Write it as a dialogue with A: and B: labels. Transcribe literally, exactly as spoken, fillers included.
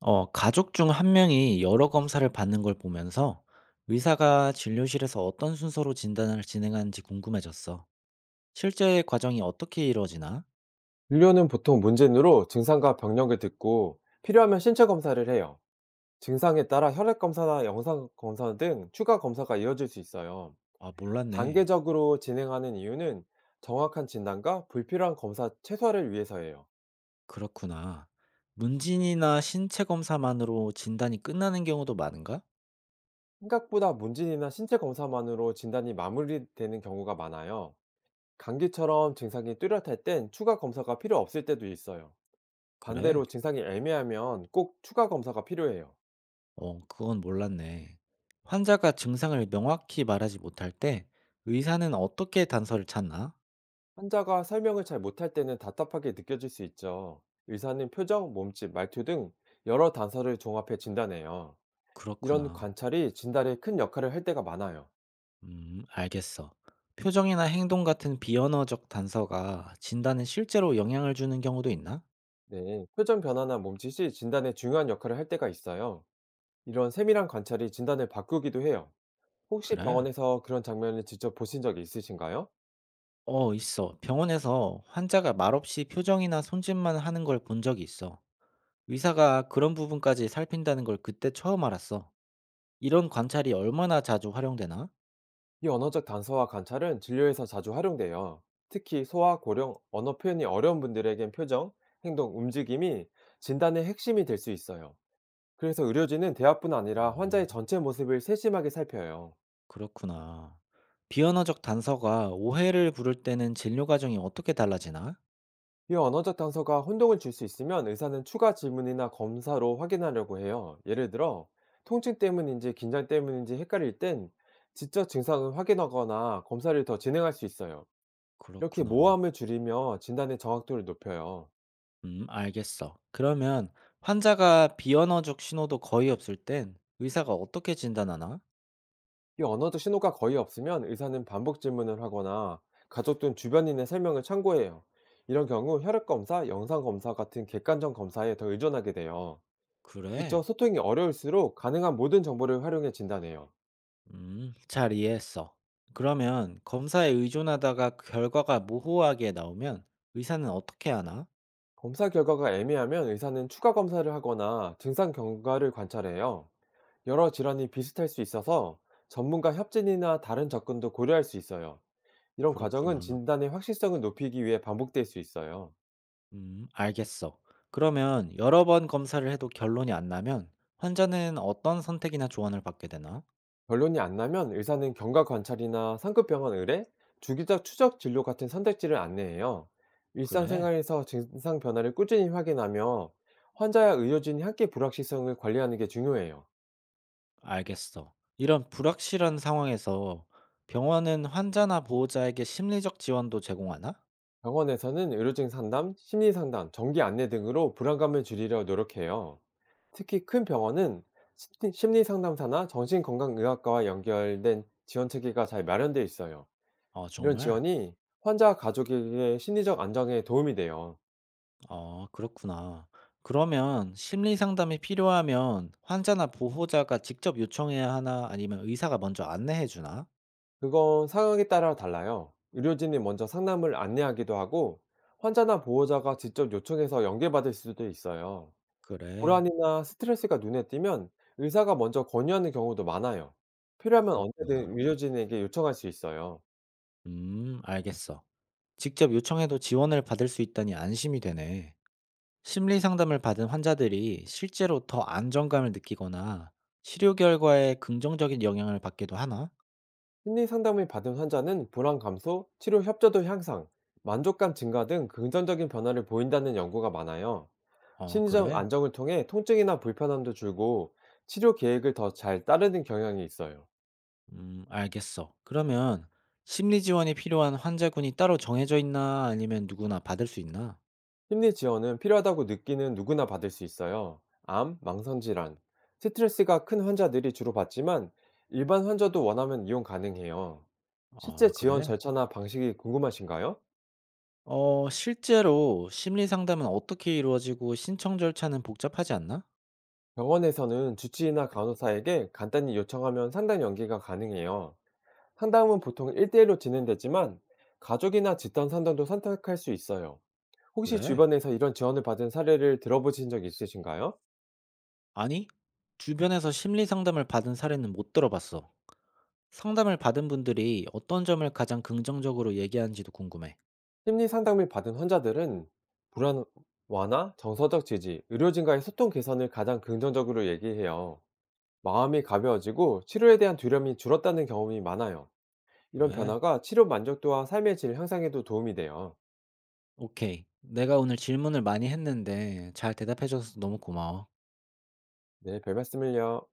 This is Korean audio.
A: 어, 가족 중 한 명이 여러 검사를 받는 걸 보면서 의사가 진료실에서 어떤 순서로 진단을 진행하는지 궁금해졌어. 실제 과정이 어떻게 이루어지나?
B: 진료는 보통 문진으로 증상과 병력을 듣고 필요하면 신체 검사를 해요. 증상에 따라 혈액 검사나 영상 검사 등 추가 검사가 이어질 수 있어요.
A: 아, 몰랐네.
B: 단계적으로 진행하는 이유는 정확한 진단과 불필요한 검사 최소화를 위해서예요.
A: 그렇구나. 문진이나 신체 검사만으로 진단이 끝나는 경우도 많은가?
B: 생각보다 문진이나 신체 검사만으로 진단이 마무리되는 경우가 많아요. 감기처럼 증상이 뚜렷할 땐 추가 검사가 필요 없을 때도 있어요.
A: 그래?
B: 반대로 증상이 애매하면 꼭 추가 검사가 필요해요.
A: 어, 그건 몰랐네. 환자가 증상을 명확히 말하지 못할 때 의사는 어떻게 단서를 찾나?
B: 환자가 설명을 잘 못할 때는 답답하게 느껴질 수 있죠. 의사는 표정, 몸짓, 말투 등 여러 단서를 종합해 진단해요. 이런
A: 그렇구나.
B: 관찰이 진단에 큰 역할을 할 때가 많아요.
A: 음, 알겠어. 표정이나 행동 같은 비언어적 단서가 진단에 실제로 영향을 주는 경우도 있나?
B: 네, 표정 변화나 몸짓이 진단에 중요한 역할을 할 때가 있어요. 이런 세밀한 관찰이 진단을 바꾸기도 해요. 혹시
A: 그래.
B: 병원에서 그런 장면을 직접 보신 적이 있으신가요?
A: 어, 있어. 병원에서 환자가 말없이 표정이나 손짓만 하는 걸 본 적이 있어. 의사가 그런 부분까지 살핀다는 걸 그때 처음 알았어. 이런 관찰이 얼마나 자주 활용되나?
B: 이 언어적 단서와 관찰은 진료에서 자주 활용돼요. 특히 소아, 고령, 언어 표현이 어려운 분들에겐 표정, 행동, 움직임이 진단의 핵심이 될 수 있어요. 그래서 의료진은 대화뿐 아니라 환자의
A: 어,
B: 전체 모습을 세심하게 살펴요.
A: 그렇구나. 비언어적 단서가 오해를 부를 때는 진료 과정이 어떻게 달라지나?
B: 이 언어적 단서가 혼동을 줄 수 있으면 의사는 추가 질문이나 검사로 확인하려고 해요. 예를 들어, 통증 때문인지 긴장 때문인지 헷갈릴 땐 지적 증상을 확인하거나 검사를 더 진행할 수 있어요. 이렇게
A: 그렇구나.
B: 모호함을 줄이며 진단의 정확도를 높여요.
A: 음, 알겠어. 그러면 환자가 비언어적 신호도 거의 없을 땐 의사가 어떻게 진단하나?
B: 이 언어적 신호가 거의 없으면 의사는 반복 질문을 하거나 가족 등 주변인의 설명을 참고해요. 이런 경우 혈액 검사, 영상 검사 같은 객관적 검사에 더 의존하게 돼요.
A: 그래?
B: 직접 소통이 어려울수록 가능한 모든 정보를 활용해 진단해요.
A: 음, 잘 이해했어. 그러면 검사에 의존하다가 결과가 모호하게 나오면 의사는 어떻게 하나?
B: 검사 결과가 애매하면 의사는 추가 검사를 하거나 증상 경과를 관찰해요. 여러 질환이 비슷할 수 있어서 전문가 협진이나 다른 접근도 고려할 수 있어요. 이런 과정은
A: 그렇구나.
B: 진단의 확실성을 높이기 위해 반복될 수 있어요.
A: 음, 알겠어. 그러면 여러 번 검사를 해도 결론이 안 나면 환자는 어떤 선택이나 조언을 받게 되나?
B: 결론이 안 나면 의사는 경과 관찰이나 상급 병원 의뢰, 주기적 추적 진료 같은 선택지를 안내해요.
A: 그래?
B: 일상생활에서 증상 변화를 꾸준히 확인하며 환자와 의료진이 함께 불확실성을 관리하는 게 중요해요.
A: 알겠어. 이런 불확실한 상황에서 병원은 환자나 보호자에게 심리적 지원도 제공하나?
B: 병원에서는 의료진 상담, 심리 상담, 정기 안내 등으로 불안감을 줄이려 노력해요. 특히 큰 병원은 심리 심리 상담사나 정신건강의학과와 연결된 지원 체계가 잘 마련되어 있어요.
A: 아,
B: 이런
A: 정말?
B: 지원이 환자와 가족에게 심리적 안정에 도움이 돼요.
A: 아, 그렇구나. 그러면 심리 상담이 필요하면 환자나 보호자가 직접 요청해야 하나? 아니면 의사가 먼저 안내해 주나?
B: 그건 상황에 따라 달라요. 의료진이 먼저 상담을 안내하기도 하고, 환자나 보호자가 직접 요청해서 연계받을 수도 있어요.
A: 그래,
B: 불안이나 스트레스가 눈에 띄면 의사가 먼저 권유하는 경우도 많아요. 필요하면
A: 그렇구나.
B: 언제든 의료진에게 요청할 수 있어요.
A: 음, 알겠어. 직접 요청해도 지원을 받을 수 있다니 안심이 되네. 심리 상담을 받은 환자들이 실제로 더 안정감을 느끼거나 치료 결과에 긍정적인 영향을 받기도 하나?
B: 심리 상담을 받은 환자는 불안 감소, 치료 협조도 향상, 만족감 증가 등 긍정적인 변화를 보인다는 연구가 많아요.
A: 어,
B: 심리적
A: 그래?
B: 안정을 통해 통증이나 불편함도 줄고 치료 계획을 더 잘 따르는 경향이 있어요.
A: 음, 알겠어. 그러면 심리 지원이 필요한 환자군이 따로 정해져 있나? 아니면 누구나 받을 수 있나?
B: 심리 지원은 필요하다고 느끼는 누구나 받을 수 있어요. 암, 망성질환, 스트레스가 큰 환자들이 주로 받지만 일반 환자도 원하면 이용 가능해요.
A: 아,
B: 실제 지원
A: 그래?
B: 절차나 방식이 궁금하신가요?
A: 어, 실제로 심리 상담은 어떻게 이루어지고 신청 절차는 복잡하지 않나?
B: 병원에서는 주치의나 간호사에게 간단히 요청하면 상담 연계가 가능해요. 상담은 보통 1대1로 진행되지만 가족이나 집단 상담도 선택할 수 있어요. 혹시
A: 그래?
B: 주변에서 이런 지원을 받은 사례를 들어보신 적 있으신가요?
A: 아니, 주변에서 심리 상담을 받은 사례는 못 들어봤어. 상담을 받은 분들이 어떤 점을 가장 긍정적으로 얘기하는지도 궁금해.
B: 심리 상담을 받은 환자들은 불안 완화, 정서적 지지, 의료진과의 소통 개선을 가장 긍정적으로 얘기해요. 마음이 가벼워지고 치료에 대한 두려움이 줄었다는 경험이 많아요. 이런
A: 그래?
B: 변화가 치료 만족도와 삶의 질 향상에도 도움이 돼요.
A: 오케이. 내가 오늘 질문을 많이 했는데 잘 대답해 줘서 너무 고마워.
B: 네, 별 말씀을요.